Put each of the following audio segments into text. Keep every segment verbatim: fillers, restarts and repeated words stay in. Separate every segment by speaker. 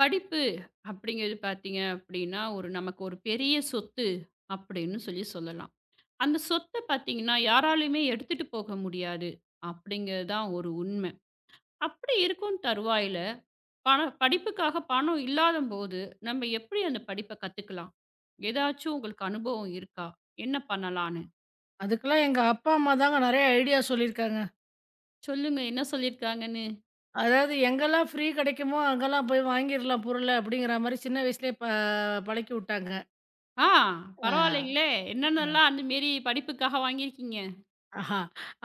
Speaker 1: படிப்பு அப்படிங்கிறது பார்த்தீங்க அப்படின்னா, ஒரு நமக்கு ஒரு பெரிய சொத்து அப்படின்னு சொல்லி சொல்லலாம். அந்த சொத்த பார்த்தீங்கன்னா, யாராலயுமே எடுத்துட்டு போக முடியாது அப்படிங்கிறது தான் ஒரு உண்ம. அப்படி இருக்கும் தருவாயில, பணம் படிப்புக்காக பணம் இல்லாதம்போது, நம்ம எப்படி அந்த படிப்ப கத்துக்கலாம்? ஏதாச்சும் உங்களுக்கு அனுபவம் இருக்கா? என்ன பண்ணலான்னு?
Speaker 2: அதுக்கெல்லாம் எங்க அப்பா, அம்மா தாங்க நெறைய ஐடியா சொல்லியிருக்காங்க.
Speaker 1: சொல்லுங்க என்ன சொல்லியிருக்காங்கன்னு?
Speaker 2: அதாவது எங்கெல்லாம் ஃப்ரீ கெடைக்குமோ, அங்கெல்லாம் போய் வாங்கிர்லாம் பொருள அப்படிங்கிற மாரி சின்ன வயசுலயே ப பழக்கி உட்டாங்க.
Speaker 1: ஆ,
Speaker 2: ஆ,
Speaker 1: பரவாயில்லைங்களே!
Speaker 2: அ,
Speaker 1: என்னென்னலாம் அந்த மேரி படிப்புக்காக வாங்கியிருக்கீங்க?
Speaker 2: ஆஹா.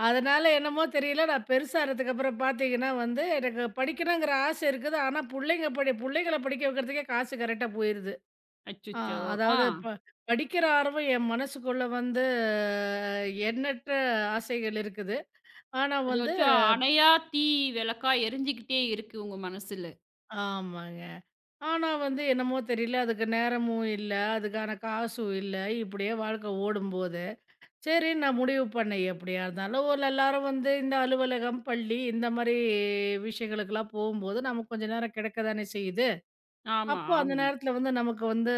Speaker 2: அதனால என்னமோ தெரியல, நான் பெருசானதுக்கப்புறம் பார்த்தீங்கன்னா வந்து, எனக்கு படிக்கணுங்கிற ஆசை இருக்குது. ஆனா புள்ளைங்க படி புள்ளைங்கள படிக்க வைக்கிறதுக்கே காசு கரெக்ட்டா போயிருது. ஆ,
Speaker 1: அச்சச்சோ! ஆ.
Speaker 2: அதாவது ப படிக்கிற ஆர்வம் என் மனசுக்குள்ள வந்து அஹ், எண்ணற்ற ஆசைகள் இருக்குது. ஆனா
Speaker 1: அது
Speaker 2: வந்து
Speaker 1: வச்சும் அணையா தீ விளக்கா எரிஞ்சுக்கிட்டே இருக்கு உங்க மனசுல.
Speaker 2: ஆமாங்க. ஆனா வந்து என்னமோ தெரியல, அதுக்கு நேரமும் இல்ல, அதுக்கான காசும் இல்ல. இப்படியே வாழ்க்கை ஓடும்போது, சரி நான் முடிவு பண்ணேன் எப்படியா இருந்தாலும் ஒரு எல்லாரும் வந்து இந்த அலுவலகம், பள்ளி இந்த மாரி விஷயங்களுக்கெல்லாம் போகும்போது நமக்கு கொஞ்ச நேரம் கிடைக்க தானே செய்யுது.
Speaker 1: ஆமா,
Speaker 2: அப்போ அந்த
Speaker 1: ஆமாங்க.
Speaker 2: நேரத்தில வந்து நமக்கு வந்து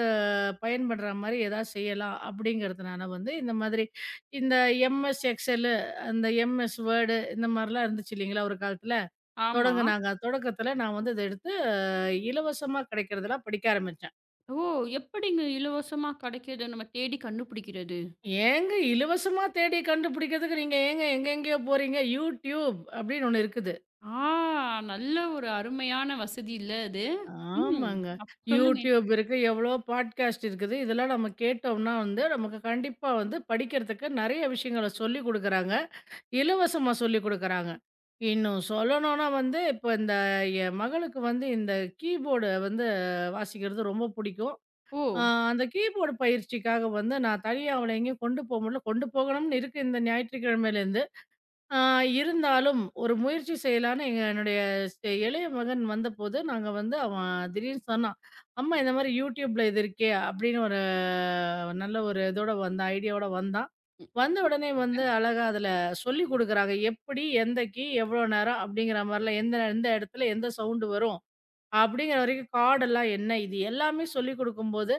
Speaker 2: பயன்படுற மாரி ஏதாவது செய்யலாம் அப்படிங்கிறதுனால வந்து இந்த மாதிரி இந்த எம்எஸ் எக்ஸெலு, அந்த எம்எஸ் வேர்டு இந்த மாரிலாம் இருந்துச்சு இல்லைங்களா ஒரு காலத்தில?
Speaker 1: ஆமா.
Speaker 2: தொடங்குனாங்க. தொடக்கத்தில நான் வந்து இத எடுத்து இலவசமா கிடைக்கிறதெல்லாம் படிக்க ஆரம்பிச்சேன்.
Speaker 1: ஓ! எப்படிங்க இலவசமா கிடைக்குது? நம்ம தேடி கண்டுபிடிக்கிறது.
Speaker 2: ஏங்க இலவசமா தேடி கண்டுபிடிக்கிறதுக்கு நீங்க ஏங்க எங்கெங்கேயோ போறீங்க? யூடியூப் அப்படின்னு ஒண்ணு இருக்குது.
Speaker 1: ஆ, நல்ல ஒரு அருமையான வசதி இல்ல அது. ம்.
Speaker 2: ஆமாங்க.
Speaker 1: அப் சொல்லுங்க.
Speaker 2: யூடியூப் இருக்கு, எவ்வளோ பாட்காஸ்ட் இருக்குது. இதெல்லாம் நம்ம கேட்டோம்னா வந்து, நமக்கு கண்டிப்பா வந்து படிக்கிறதுக்கு நெறைய விஷயங்கள சொல்லிக் குடுக்குறாங்க. இலவசமா சொல்லிக் குடுக்குறாங்க. இன்னும் சொல்லணும்னா வந்து, இப்ப இந்த என் மகளுக்கு வந்து இந்த கீபோர்டு வந்து வாசிக்கிறது ரொம்ப பிடிக்கும்.
Speaker 1: ஓ!
Speaker 2: அ அந்த கீபோர்டு பயிற்சிக்காக வந்து நான் தனியா அவள எங்கேயும் கொண்டு போ முடில. கொண்டு போகணும்னு இருக்கு இந்த ஞாயிற்றுக்கிழமையிலேருந்து. ஆ இருந்தாலும் ஒரு முயற்சி செய்யலான்னு எங்க என்னுடைய செ இளைய மகன் வந்தபோது, நாங்க வந்து அவன் திடீர்னு சொன்னான். "அம்மா இந்த மாரி YouTubeல இது இருக்கே" அப்படின்னு ஒரு நல்ல ஒரு இதோட வந்தான். ஐடியாவோட வந்தான்.
Speaker 1: ம்.
Speaker 2: வந்த உடனே வந்து அழகா அதில சொல்லிக் குடுக்குறாங்க. எப்படி, எந்த கீ, எவ்வளோ நேரம் அப்படிங்கிற மாரிலாம் எந்த எந்த இடத்துல எந்த சவுண்டு வரும். அப்படிங்கிற வரைக்கும் கார்டெல்லாம் என்ன இது எல்லாமே சொல்லிக் குடுக்கும்போது,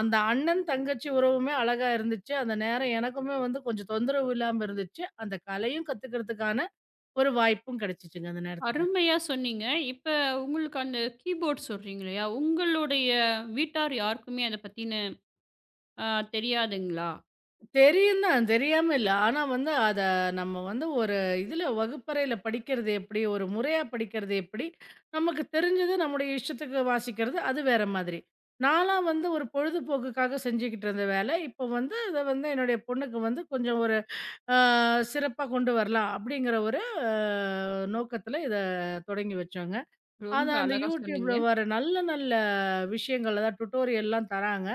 Speaker 2: அந்த அண்ணன், தங்கச்சி உறவுமே அழகா இருந்துச்சு. அந்த நேரம் எனக்குமே வந்து கொஞ்சம் தொந்தரவு இல்லாம இருந்துச்சு. அந்த கலையும் கத்துக்கிறதுக்கான ஒரு வாய்ப்பும் கிடைச்சுச்சுங்க அந்த நேரத்துல.
Speaker 1: அருமையா சொன்னீங்க. இப்ப உங்களுக்கு அந்த கீபோர்ட் சொல்றீங்க இல்லையா? உங்களுடைய வீட்டார் யாருக்குமே அத பத்தின அ தெரியாதுங்களா?
Speaker 2: தெரியும் தான், தெரியாம இல்ல. ஆனா வந்து அத நம்ம வந்து ஒரு இதுல வகுப்பறையில படிக்கிறது எப்படி? ஒரு முறையா படிக்கிறது எப்படி? நமக்கு தெரிஞ்சது நம்முடைய இஷ்டத்துக்கு வாசிக்கிறது, அது வேற மாதிரி. நான்லாம் வந்து ஒரு பொழுதுபோக்குக்காக செஞ்சுக்கிட்டு இருந்த வேலை. இப்போ வந்து அத வந்து என்னுடைய பொண்ணுக்கு வந்து கொஞ்சம் ஒரு ஆ சிறப்பா கொண்டு வரலாம் அப்படிங்கிற ஒரு அ நோக்கத்துல இத தொடங்கி வச்சோங்க.
Speaker 1: ரொம்ப
Speaker 2: ஆனா அந்த
Speaker 1: அழகா
Speaker 2: YouTubeல
Speaker 1: சொன்னீங்க.
Speaker 2: வர நல்ல நல்ல விஷயங்கள் அதாவது டுட்டோரியல்லாம் தராங்க.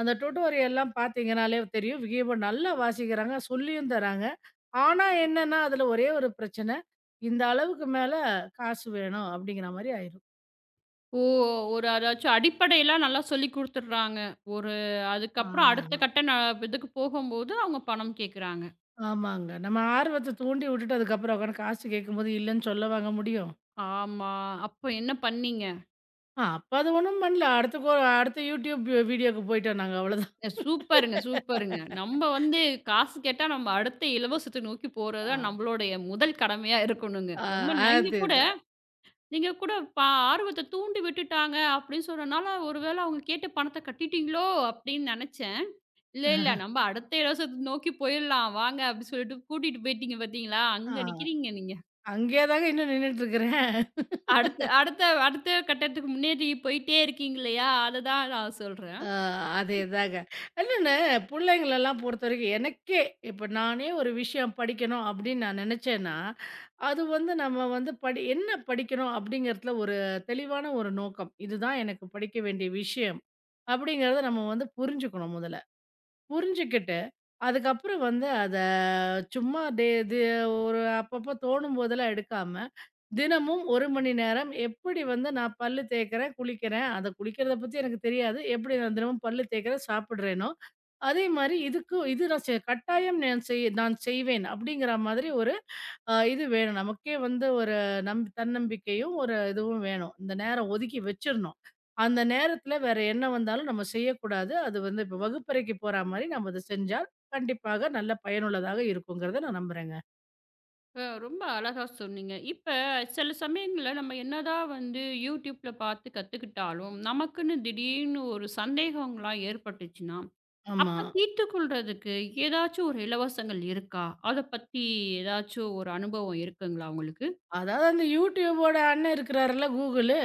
Speaker 2: அந்த டுட்டோரியல்லாம் பார்த்தீங்கனாலே தெரியும். விகீப நல்லா வாசிக்கிறாங்க, சொல்லியும் தராங்க. ஆனா என்னன்னா, அதுல ஒரே ஒரு பிரச்சனை. இந்த அளவுக்கு மேல காசு வேணும் அப்படிங்கிற மாரி ஆயிரும்.
Speaker 1: ஓ! ஒரு அதாச்சும் அடிப்படைலாம் நல்லா சொல்லிக் குடுத்துடுறாங்க. ஒரு
Speaker 2: ஆ
Speaker 1: அதுக்கப்புறம் அடுத்த கட்ட ந இதுக்கு போகும்போது அவங்க பணம் கேட்குறாங்க.
Speaker 2: ஆமாங்க. நம்ம ஆர்வத்த தூண்டி விட்டுட்டு அதுக்கப்புறம் உட்காந்து காசு கேட்கும்போது இல்லன்னு சொல்லவாங்க முடியும்?
Speaker 1: ஆமா. அப்போ என்ன பண்ணீங்க?
Speaker 2: ஆ, அப்ப அது ஒண்ணும் பண்ணல. அடுத்த கோ அடுத்த YouTube வீடியோக்கு போயிட்டோம் நாங்க அவ்வளோதான்.
Speaker 1: அ, சூப்பருங்க, சூப்பருங்க. நம்ம வந்து காசு கேட்டா நம்ம அடுத்த இலவசத்த நோக்கி போறது தான்
Speaker 2: ஆ,
Speaker 1: நம்மளுடைய முதல் கடமையா இருக்கணுங்க.
Speaker 2: ஆ,
Speaker 1: ரொம்ப நீங்க கூட
Speaker 2: அதேதான்.
Speaker 1: நீங்க கூட பா ஆர்வத்த தூண்டி விட்டுட்டாங்க அப்படின்னு சொன்னனால, ஒரு வேளை அவங்க கேட்ட பணத்த கட்டிட்டீங்களோ அப்படின்னு நெனச்சேன். இல்ல, இல்ல. நம்ம அடுத்த இலவசத்த நோக்கி போயிரலாம் வாங்க அப்டி சொல்லிட்டு கூட்டிட்டு போயிட்டீங்க பார்த்தீங்களா?
Speaker 2: ஆ,
Speaker 1: அங்க நிக்கிறீங்க நீங்க.
Speaker 2: அங்கேயே தாங்க இன்னும் நின்னுட்டுருக்கிறேன்.
Speaker 1: அடுத்த அடுத்த அடுத்த கட்டத்துக்கு முன்னேறி போயிட்டே இருக்கீங்க இல்லையா? அததான் நான் சொல்றேன்.
Speaker 2: ஆ, அதேதாங்க. இல்லங்க புள்ளைங்களெல்லாம் பொறுத்தவரைக்கும் எனக்கே இப்ப நானே ஒரு விஷயம் படிக்கணும் அப்படின்னு நான் நெனச்சேன்னா, அது வந்து நம்ம வந்து படி என்ன படிக்கணும் அப்படிங்கிறதுல ஒரு தெளிவான ஒரு நோக்கம். இதுதான் எனக்கு படிக்க வேண்டிய விஷயம். அப்படிங்கிறத நம்ம வந்து புரிஞ்சுக்கணும் முதல்ல. புரிஞ்சுக்கிட்டு அதுக்கப்புறம் வந்து அத சும்மா டே இது ஒரு அப்பப்போ தோணும் போதெல்லாம் எடுக்காம, தினமும் ஒரு மணி நேரம் எப்படி வந்து நான் பல்லு தேய்க்கிறேன், குளிக்கிறேன். அத குளிக்கிறத பத்தி எனக்கு தெரியாது. எப்படி நான் தினமும் பல்லு தேய்க்கிறேன், சாப்பிடுறேனோ, அதே மாரி இதுக்கு இது நான் செ கட்டாயம் நான் செய் நான் செய்வேன். அப்படிங்கிற மாதிரி ஒரு ஆ இது வேணும். நமக்கே வந்து ஒரு நம் தன்னம்பிக்கையும், ஒரு இதுவும் வேணும். இந்த நேரம் ஒதுக்கி வச்சிரணும். அந்த நேரத்தில வேற என்ன வந்தாலும் நம்ம செய்யக்கூடாது. அது வந்து இப்ப வகுப்பறைக்கு போறா மாரி நம்ம அத செஞ்சால், கண்டிப்பாக நல்ல பயனுள்ளதாக இருக்குங்கிறத நான் நம்புறேங்க.
Speaker 1: அ, ரொம்ப அழகா சொன்னீங்க. இப்ப சில சமயங்கள்ல நம்ம என்னதான் வந்து YouTubeல பார்த்து கத்துக்கிட்டாலும், நமக்குன்னு திடீர்னு ஒரு சந்தேகங்கள்லாம் ஏற்பட்டுச்சுன்னா,
Speaker 2: ஆமா.
Speaker 1: அப்ப தீர்த்துக் கொள்றதுக்கு ஏதாச்சும் ஒரு இலவசங்கள் இருக்கா? அத பத்தி ஏதாச்சும் ஒரு அனுபவம் இருக்குங்களா உங்களுக்கு?
Speaker 2: அதாவது அந்த YouTubeவோட அண்ணன் இருக்கிறாருல்ல கூகுளு.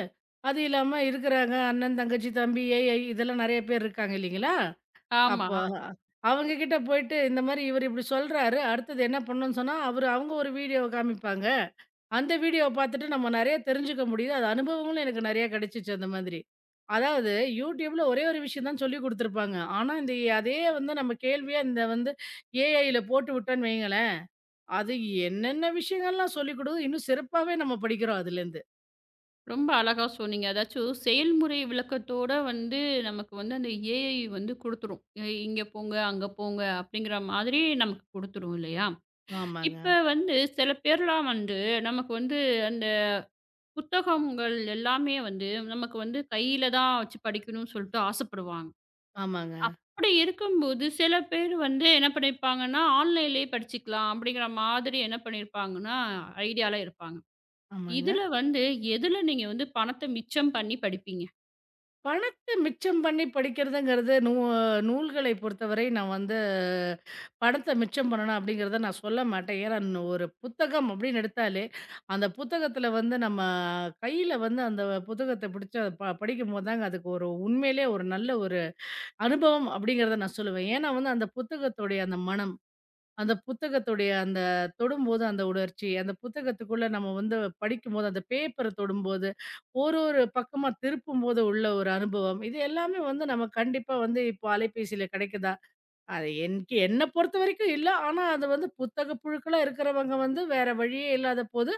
Speaker 2: அது இல்லாம இருக்கிறாங்க அண்ணன், தங்கச்சி, தம்பி, ஏஐ இதெல்லாம் நெறைய பேர் இருக்காங்க இல்லைங்களா?
Speaker 1: ஆமா.
Speaker 2: அப்போ அவங்க கிட்ட போயிட்டு இந்த மாரி இவரு இப்படி சொல்றாரு. அடுத்தது என்ன பண்ணணும்னு சொன்னா, அவரு அவங்க ஒரு வீடியோவ காமிப்பாங்க. அந்த வீடியோவ பார்த்துட்டு நம்ம நெறைய தெரிஞ்சுக்க முடியுது. அது அனுபவங்களும் எனக்கு நெறைய கிடைச்சுச்சு அந்த மாதிரி. அதாவது யூடியூப்ல ஒரே ஒரு விஷயம் தான் சொல்லிக் குடுத்துருப்பாங்க. ஆனா, இந்த அதே வந்து நம்ம கேள்வியா இந்த வந்து ஏஐல போட்டு விட்டோன்னு வையுங்களேன், அது என்னென்ன விஷயங்கள்லாம் சொல்லிக் குடுக்குது, இன்னும் சிறப்பாவே நம்ம படிக்கிறோம் அதுலேருந்து.
Speaker 1: ரொம்ப அழகா சொன்னீங்க. அதாச்சும் செயல்முறை விளக்கத்தோட வந்து நமக்கு வந்து அந்த ஏஐ வந்து குடுத்துரும். "எ இங்க போங்க, அங்க போங்க" அப்படிங்கிற மாதிரி நமக்கு குடுத்துரும் இல்லையா?
Speaker 2: ஆமாங்க,
Speaker 1: இப்ப வந்து சில பேர்லாம் வந்து நமக்கு வந்து அந்த புத்தகங்கள் எல்லாமே வந்து நமக்கு வந்து கையில தான் வச்சு படிக்கணும்னு சொல்லிட்டு ஆசைப்படுவாங்க.
Speaker 2: ஆமாங்க,
Speaker 1: அப்படி இருக்கும்போது சில பேர் வந்து என்ன பண்ணியிருப்பாங்கன்னா, ஆன்லைன்லேயே படிச்சுக்கலாம் அப்படிங்கிற மாதிரி என்ன பண்ணியிருப்பாங்கன்னா ஐடியால இருப்பாங்க.
Speaker 2: ஆமாங்க.
Speaker 1: இதுல வந்து எதுல நீங்க வந்து பணத்த மிச்சம் பண்ணி படிப்பீங்க?
Speaker 2: பணத்த மிச்சம் பண்ணி படிக்கிறதுங்கிறது, நூ நூல்களை பொறுத்தவரை நான் வந்து பணத்த மிச்சம் பண்ணணும் அப்படிங்கிறத நான் சொல்ல மாட்டேன். ஏன்னா, நு ஒரு புத்தகம் அப்படின்னு எடுத்தாலே, அந்த புத்தகத்தில வந்து நம்ம கையில வந்து அந்த புத்தகத்த பிடிச்சு அத ப படிக்கும்போது தாங்க அதுக்கு ஒரு உண்மையிலே ஒரு நல்ல ஒரு அனுபவம் அப்படிங்கிறத நான் சொல்லுவேன். ஏன்னா வந்து அந்த புத்தகத்துடைய அந்த மணம். அந்த புத்தகத்துடைய அந்த தொடும்போது அந்த உணர்ச்சி, அந்த புத்தகத்துக்குள்ள நம்ம வந்து படிக்கும்போது, அந்த பேப்பர தொடும்போது, ஒரு ஒரு பக்கமா திருப்பும்போது உள்ள ஒரு அனுபவம். இது எல்லாமே வந்து நம்ம கண்டிப்பா வந்து இப்போ அலைபேசியில கிடைக்குதா? அது என்க்கு என்ன பொறுத்தவரைக்கும் இல்ல. ஆனா, அது வந்து புத்தக புழுக்களா இருக்கிறவங்க வந்து வேற வழியே இல்லாத போது,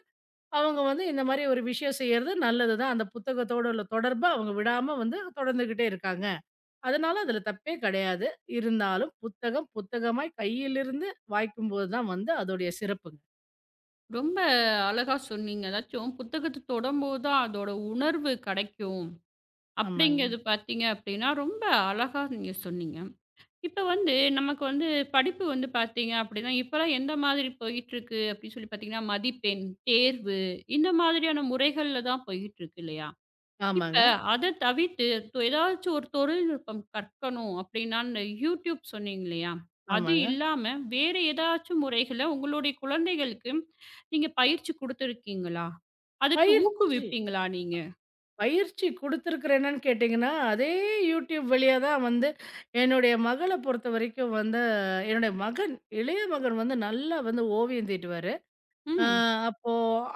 Speaker 2: அவங்க வந்து இந்த மாரி ஒரு விஷயம் செய்யறது நல்லது தான். அந்த புத்தகத்தோட உள்ள தொடர்ப அவங்க விடாம வந்து தொடர்ந்துகிட்டே இருக்காங்க. அதனால அதுல தப்பே கிடையாது. இருந்தாலும் புத்தகம், புத்தகமாய் கையிலிருந்து வாய்க்கும்போது தான் வந்து அதோடைய சிறப்புங்க.
Speaker 1: ரொம்ப அழகா சொன்னீங்க. அதாச்சும் புத்தகத்த தொடம்போது தான் அதோட உணர்வு கெடைக்கும்.
Speaker 2: ஆமாங்க.
Speaker 1: அப்படிங்கிறது பார்த்தீங்க அப்படின்னா, ரொம்ப அழகா நீங்க சொன்னீங்க. இப்ப வந்து நமக்கு வந்து படிப்பு வந்து பார்த்தீங்க அப்படின்னா, இப்பலாம் எந்த மாதிரி போயிட்டுருக்கு அப்படின்னு சொல்லி பார்த்தீங்கன்னா, மதிப்பெண், தேர்வு இந்த மாதிரியான முறைகள்ல தான் போயிட்டுருக்கு இல்லையா? இப்ப
Speaker 2: ஆமாங்க,
Speaker 1: அத தவிர்த்து தொ ஏதாச்சும் ஒரு தொழில்நுட்பம் கற்கணும் அப்படின்னா, இந்த YouTube சொன்னீங்க இல்லையா? அது
Speaker 2: ஆமாங்க.
Speaker 1: இல்லாம வேற ஏதாச்சும் முறைகள உங்களுடைய குழந்தைகளுக்கு நீங்க பயிற்சி குடுத்துருக்கீங்களா? அதுக்கு
Speaker 2: பயிற்சி
Speaker 1: ஊக்குவிப்பீங்களா நீங்க?
Speaker 2: பயிற்சி குடுத்திருக்கிறேன் என்னன்னு கேட்டீங்கன்னா, அதே YouTube வழியா தான் வந்து என்னுடைய மகள பொறுத்தவரைக்கும் வந்து என்னுடைய மகன், இளைய மகன் வந்து நல்லா வந்து ஓவியம் தீட்டுவாரு. அ
Speaker 1: ம்.
Speaker 2: அப்போ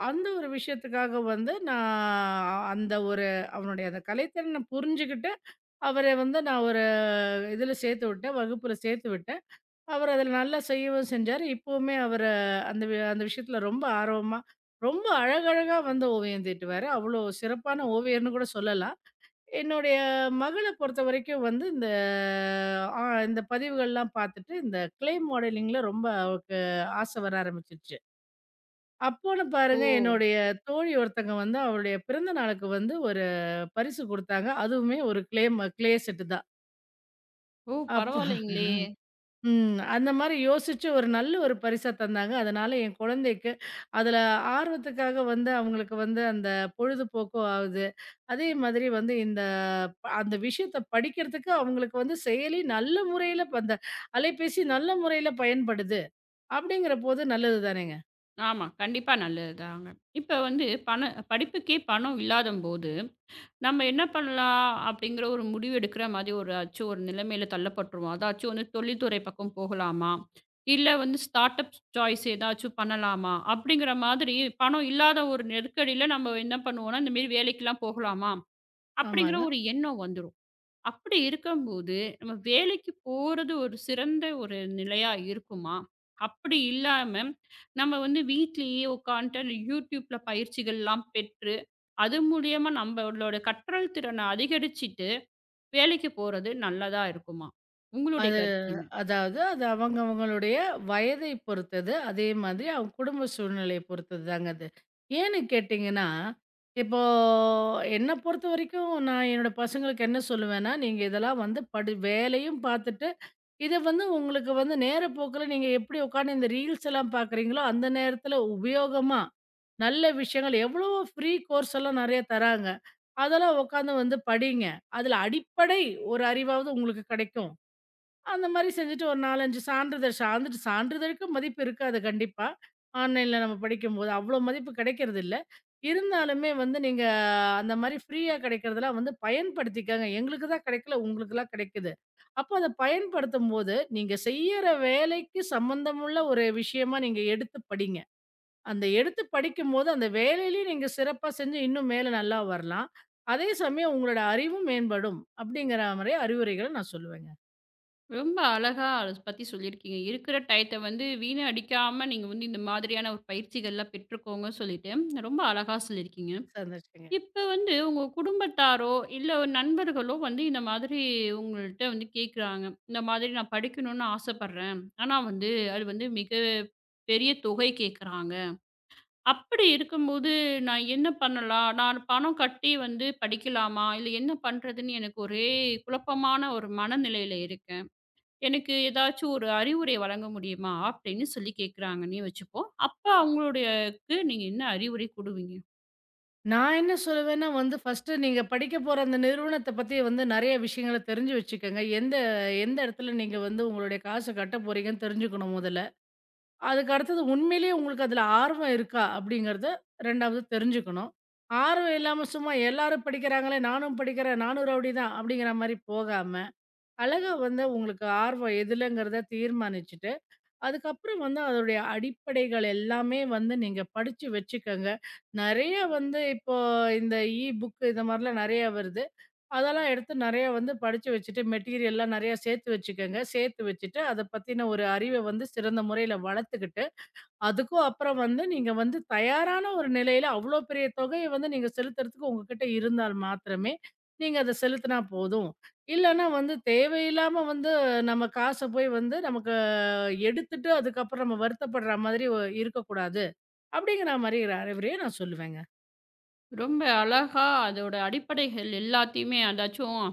Speaker 2: அந்த ஒரு விஷயத்துக்காக வந்து நான் அந்த ஒரு அவனுடைய அந்த கலைத்திறன புரிஞ்சுகிட்டு, அவர வந்து நான் ஒரு இதுல சேர்த்து விட்டேன், வகுப்புல சேர்த்து விட்டேன். அவர் அதில நல்லா செய்யவும் செஞ்சாரு. இப்பவுமே அவரு அந்த வி அந்த விஷயத்தில ரொம்ப ஆர்வமா, ரொம்ப அழகழகா வந்து ஓவியம் தீட்டுவாரு. அவ்வளோ சிறப்பான ஓவியர்ன்னு கூட சொல்லலாம். என்னுடைய மகள பொறுத்தவரைக்கும் வந்து இந்த ஆ இந்த பதிவுகள்லாம் பார்த்துட்டு, இந்த கிளே மாடலிங்ல ரொம்ப அவளுக்கு ஆசை வர ஆரம்பிச்சுருச்சு. அப்போன்னு
Speaker 1: ஓ!
Speaker 2: பாருங்க என்னுடைய தோழி ஒருத்தங்க வந்து அவளுடைய பிறந்த நாளுக்கு வந்து ஒரு பரிசு குடுத்தாங்க. அதுவுமே ஒரு கிளே ம கிளே செட்டு தான்.
Speaker 1: ஓ!
Speaker 2: அப்ப
Speaker 1: பரவாயில்லைங்களே!
Speaker 2: ம். அந்த மாரி யோசிச்சு ஒரு நல்ல ஒரு பரிசா தந்தாங்க. அதனால என் குழந்தைக்கு அதுல ஆர்வத்துக்காக வந்து அவங்களுக்கு வந்து அந்த பொழுதுபோக்கும் ஆகுது. அதே மாதிரி வந்து இந்த ப- அந்த விஷயத்த படிக்கிறதுக்கு அவங்களுக்கு வந்து செயலி நல்ல முறையில ப- அந்த அலைபேசி நல்ல முறையில பயன்படுது. அப்படிங்கிறபோது நல்லது தானேங்க.
Speaker 1: ஆமா. கண்டிப்பா நல்லதுதாங்க. இப்ப வந்து பண படிப்புக்கே பணம் இல்லாதம்போது நம்ம என்ன பண்ணலாம்? அப்படிங்கிற ஒரு முடிவு எடுக்கிற மாதிரி ஒரு ஆச்சும் ஒரு நிலைமையில தள்ளப்பட்டுருவோம். அதாச்சும் வந்து தொழில்துறை பக்கம் போகலாமா? இல்ல வந்து ஸ்டார்ட் அப் சாய்ஸ் ஏதாச்சும் பண்ணலாமா? அப்படிங்கிற மாதிரி பணம் இல்லாத ஒரு நெருக்கடியில நம்ம என்ன பண்ணுவோம்னா, இந்த மாரி வேலைக்கெல்லாம் போகலாமா? அப்படிங்கிற
Speaker 2: ஆமாங்க.
Speaker 1: ஒரு எண்ணம் வந்துரும். அப்படி இருக்கும்போது, நம்ம வேலைக்கு போறது ஒரு சிறந்த ஒரு நிலையா இருக்குமா? அப்படி இல்லாம, நம்ம வந்து வீட்லயே உட்காந்துட்டு அந்த YouTubeல பயிற்சிகள்லாம் பெற்று, அது மூலியமா நம்மளோட கற்றல் திறன அதிகரிச்சுட்டு, வேலைக்கு போறது நல்லதா இருக்குமா? உங்களுடைய
Speaker 2: அது
Speaker 1: கருத்து என்ன?
Speaker 2: அதாவது அது அவங்க அவங்களுடைய வயதை பொறுத்தது. அதே மாதிரி அவங்க குடும்ப சூழ்நிலைய பொறுத்தது தாங்க அது. ஏன்னு கேட்டீங்கன்னா, இப்போ என்ன பொறுத்தவரைக்கும் நான் என்னோட பசங்களுக்கு என்ன சொல்லுவேன்னா, நீங்க இதெல்லாம் வந்து படி வேலையும் பார்த்துட்டு, இத வந்து உங்களுக்கு வந்து நேரப்போக்குல நீங்க எப்படி உட்கார்ந்து இந்த ரீல்ஸ் எல்லாம் பார்க்குறீங்களோ, அந்த நேரத்தில உபயோகமா, நல்ல விஷயங்கள் எவ்வளவோ ஃப்ரீ கோர்ஸ் எல்லாம் நெறைய தராங்க. அதெல்லாம் உட்கார்ந்து வந்து படிங்க. அதுல அடிப்படை ஒரு அறிவாவது உங்களுக்கு கிடைக்கும். அந்த மாரி செஞ்சுட்டு ஒரு நாலு, அஞ்சு சான்றிதழ் சார்ந்துட்டு சான்றிதழுக்கு மதிப்பு இருக்காது கண்டிப்பா. ஆன்லைன்ல நம்ம படிக்கும்போது அவ்ளோ மதிப்பு கிடைக்கிறதில்ல. இருந்தாலுமே வந்து நீங்க அந்த மாரி ஃப்ரீயா கிடைக்கிறதெல்லாம் வந்து பயன்படுத்திக்கங்க. எங்களுக்கு தான் கிடைக்கல, உங்களுக்குலாம் கிடைக்குது. அப்போ அத பயன்படுத்தும்போது, நீங்க செய்யற வேலைக்கு சம்மந்தமுள்ள ஒரு விஷயமா நீங்க எடுத்து படிங்க. அந்த எடுத்து படிக்கும்போது, அந்த வேலையிலயும் நீங்க சிறப்பா செஞ்சு இன்னும் மேல நல்லா வரலாம். அதே சமயம் உங்களோட அறிவும் மேம்படும். அப்படிங்கிற மாரி அறிவுரைகள நான் சொல்லுவேங்க.
Speaker 1: ரொம்ப அழகா அத பத்தி சொல்லியிருக்கீங்க. இருக்கிற டயத்த வந்து வீணடிக்காம நீங்க வந்து இந்த மாதிரியான ஒரு பயிற்சிகள்லாம் பெற்றுக்கோங்கன்னு சொல்லிட்டு, ரொம்ப அழகா சொல்லியிருக்கீங்க.
Speaker 2: சந்தோஷங்க.
Speaker 1: இப்ப வந்து உங்க குடும்பத்தாரோ, இல்ல நண்பர்களோ வந்து இந்த மாதிரி உங்கள்ட்ட வந்து கேட்குறாங்க. இந்த மாதிரி நான் படிக்கணும்னு ஆசைப்படுறேன். ஆனா வந்து அது வந்து மிக பெரிய தொகை கேட்குறாங்க. அப்படி இருக்கும்போது நான் என்ன பண்ணலாம்? நான் பணம் கட்டி வந்து படிக்கலாமா? இல்ல என்ன பண்றதுன்னு எனக்கு ஒரே குழப்பமான ஒரு மனநிலையில இருக்கேன். எனக்கு ஏதாச்சும் ஒரு அறிவுரை வழங்க முடியுமா? அப்படின்னு சொல்லி கேட்குறாங்கன்னே வச்சுப்போம். அப்ப அவங்களுடையக்கு நீங்க என்ன அறிவுரை குடுவீங்க?
Speaker 2: நான் என்ன சொல்லுவேன்னா வந்து, ஃபர்ஸ்ட்டு நீங்க படிக்க போற அந்த நிறுவனத்த பத்தி வந்து நெறைய விஷயங்கள தெரிஞ்சு வச்சுக்கங்க. எந்த எந்த இடத்துல நீங்க வந்து உங்களுடைய காச கட்ட போறீங்கன்னு தெரிஞ்சுக்கணும் முதல்ல. அதுக்கு அடுத்தது உண்மையிலேயே உங்களுக்கு அதுல ஆர்வம் இருக்கா? அப்படிங்கிறத ரெண்டாவது தெரிஞ்சுக்கணும். ஆர்வம் இல்லாம சும்மா எல்லாரும் படிக்கிறாங்களே, நானும் படிக்கிறேன், நானும் ரவுடி தான் அப்படிங்கிற மாரி போகாம, அழகா வந்து உங்களுக்கு ஆர்வம் எதுலங்கிறத தீர்மானிச்சுட்டு அதுக்கப்புறம் வந்து அதோடைய அடிப்படைகள் எல்லாமே வந்து நீங்க படிச்சு வச்சுக்கங்க. நெறைய வந்து இப்போ இந்த இ புக் இந்த மாரிலாம் நெறைய வருது. அதெல்லாம் எடுத்து நெறைய வந்து படிச்சு வச்சுட்டு மெட்டீரியல்லாம் நெறைய சேர்த்து வச்சுக்கங்க. சேர்த்து வச்சுட்டு அத பத்தின ஒரு அறிவ வந்து சிறந்த முறையில வளர்த்துக்கிட்டு, அதுக்கும் அப்புறம் வந்து நீங்க வந்து தயாரான ஒரு நிலையில அவ்ளோ பெரிய தொகைய வந்து நீங்க செலுத்துறதுக்கு உங்ககிட்ட இருந்தால் மாத்திரமே, நீங்க அத செலுத்தினா போதும். இல்லன்னா வந்து தேவையில்லாம வந்து நம்ம காச போய் வந்து நமக்கு எடுத்துட்டு அதுக்கப்புறம் நம்ம வருத்தப்படுற மாதிரி ஒ இருக்கக்கூடாது. அப்படிங்கிற மாரி ஒரு அறிவுரைய நான் சொல்லுவேங்க.
Speaker 1: ரொம்ப அழகா அதோட அடிப்படைகள் எல்லாத்தையுமே அதாச்சும்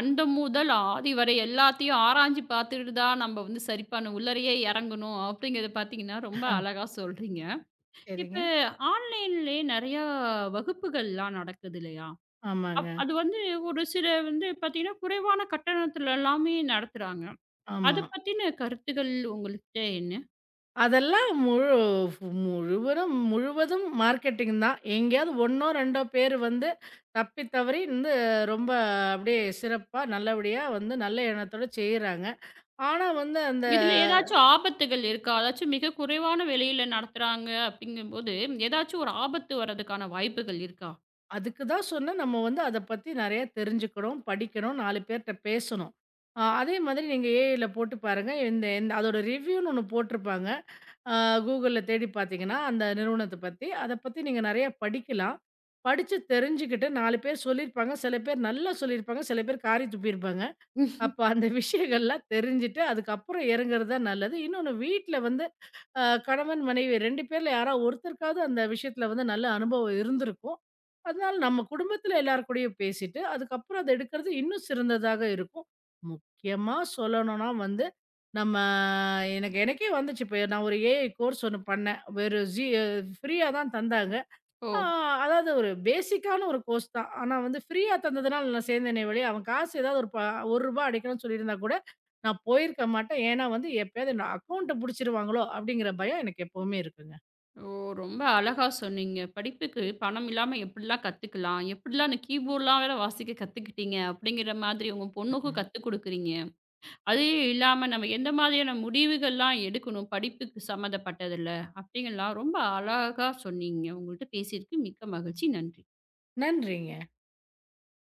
Speaker 1: அந்த முதல் ஆதி வரை எல்லாத்தையும் ஆராய்ஞ்சு பார்த்துட்டு தான் நம்ம வந்து சரி பண்ண உள்ளறையே இறங்கணும் அப்படிங்கிறத பார்த்தீங்கன்னா ரொம்ப
Speaker 2: அஹ்,
Speaker 1: அழகா சொல்றீங்க.
Speaker 2: சரிங்க.
Speaker 1: இப்போ ஆன்லைன்லயே நிறையா வகுப்புகள்லாம் நடக்குது இல்லையா?
Speaker 2: ஆமாங்க.
Speaker 1: அப் அது வந்து ஒரு சில வந்து பார்த்தீங்கன்னா, குறைவான கட்டணத்துல எல்லாமே நடத்துறாங்க. அத
Speaker 2: ஆமா.
Speaker 1: பத்தின கருத்துக்கள் உங்கள்கிட்ட என்ன?
Speaker 2: அதெல்லாம் முழு முழுவதும் முழுவதும் மார்க்கெட்டிங் தான். எங்கேயாவது ஒண்ணோ ரெண்டோ பேர் வந்து தப்பி தவறி வந்து ரொம்ப அப்படியே சிறப்பா நல்லபடியா வந்து நல்ல எண்ணத்தோட செய்றாங்க. ஆனா வந்து அந்த
Speaker 1: இதுல ஏதாச்சும் ஆபத்துகள் இருக்கா? அதாச்சும் மிக குறைவான விலையில நடத்துறாங்க அப்படிங்கும்போது, ஏதாச்சும் ஒரு ஆபத்து வர்றதுக்கான வாய்ப்புகள் இருக்கா?
Speaker 2: அதுக்கு தான் சொன்னேன், நம்ம வந்து அத பத்தி நெறைய தெரிஞ்சுக்கணும், படிக்கணும், நாலு பேர்ட்ட பேசணும். அ அதே மாதிரி நீங்க ஏஐல போட்டு பாருங்க. இந்த இந்த அதோட ரிவ்யூன்னு ஒண்ணு போட்டிருப்பாங்க. அ Googleல தேடி பார்த்தீங்கன்னா, அந்த நிறுவனத்த பத்தி, அத பத்தி நீங்க நெறைய படிக்கலாம். படிச்சு தெரிஞ்சுக்கிட்டு நாலு பேர் சொல்லியிருப்பாங்க. சில பேர் நல்லா சொல்லியிருப்பாங்க. சில பேர் காறி துப்பியிருப்பாங்க. அப்ப அந்த விஷயங்கள்லாம் தெரிஞ்சுட்டு, அதுக்கப்புறம் இறங்குறது தான் நல்லது. இன்னொன்னு வீட்ல வந்து அ கணவன், மனைவி ரெண்டு பேர்ல யாரா ஒருத்தருக்காவது அந்த விஷயத்துல வந்து நல்ல அனுபவம் இருந்திருக்கும். அதனால நம்ம குடும்பத்துல எல்லார் கூடயும் பேசிட்டு, அதுக்கப்புறம் அத எடுக்கிறது இன்னும் சிறந்ததாக இருக்கும். முக்கியமா சொல்லணும்னா வந்து, நம்ம எனக்கு எனக்கே வந்துச்சு. இப்ப நான் ஒரு ஏஐ கோர்ஸ் ஒண்ணு பண்ணேன். வெறும் ஜீ ஃப்ரீயா தான் தந்தாங்க.
Speaker 1: ஓ!
Speaker 2: ஆ அதாவது ஒரு பேசிக்கான ஒரு கோர்ஸ் தான். ஆனா வந்து ஃப்ரீயா தந்ததுனால நான் சேர்ந்தேனே ஒழிய, அவன் காசு ஏதாவது ஒரு ப ரூ. ஒரு அடிக்கணும்னு சொல்லியிருந்தா கூட, நான் போயிருக்க மாட்டேன். ஏன்னா வந்து எப்பயாவது நான் அக்கவுண்ட்ட புடிச்சிருவாங்களோ! அப்படிங்கிற பயம் எனக்கு எப்பவுமே இருக்குங்க.
Speaker 1: ஓ! ரொம்ப அழகா சொன்னீங்க. படிப்புக்கு பணம் இல்லாம எப்படிலாம் கத்துக்கலாம்? எப்படிலாம் அந்த கீபோர்ட்லாம் வேற வாசிக்க கத்துக்கிட்டீங்க? அப்படிங்கிற மாதிரி உங்க பொண்ணுக்கும் கத்துக் குடுக்குறீங்க. அது இல்லாம நம்ம எந்த மாதிரியான முடிவுகள்லாம் எடுக்கணும் படிப்புக்கு சம்மந்தப்பட்டதுல, அப்படிங்கலாம் ரொம்ப அழகா சொன்னீங்க. உங்கள்ட்ட பேசியதுக்கு மிக்க மகிழ்ச்சி. நன்றி.
Speaker 2: நன்றிங்க.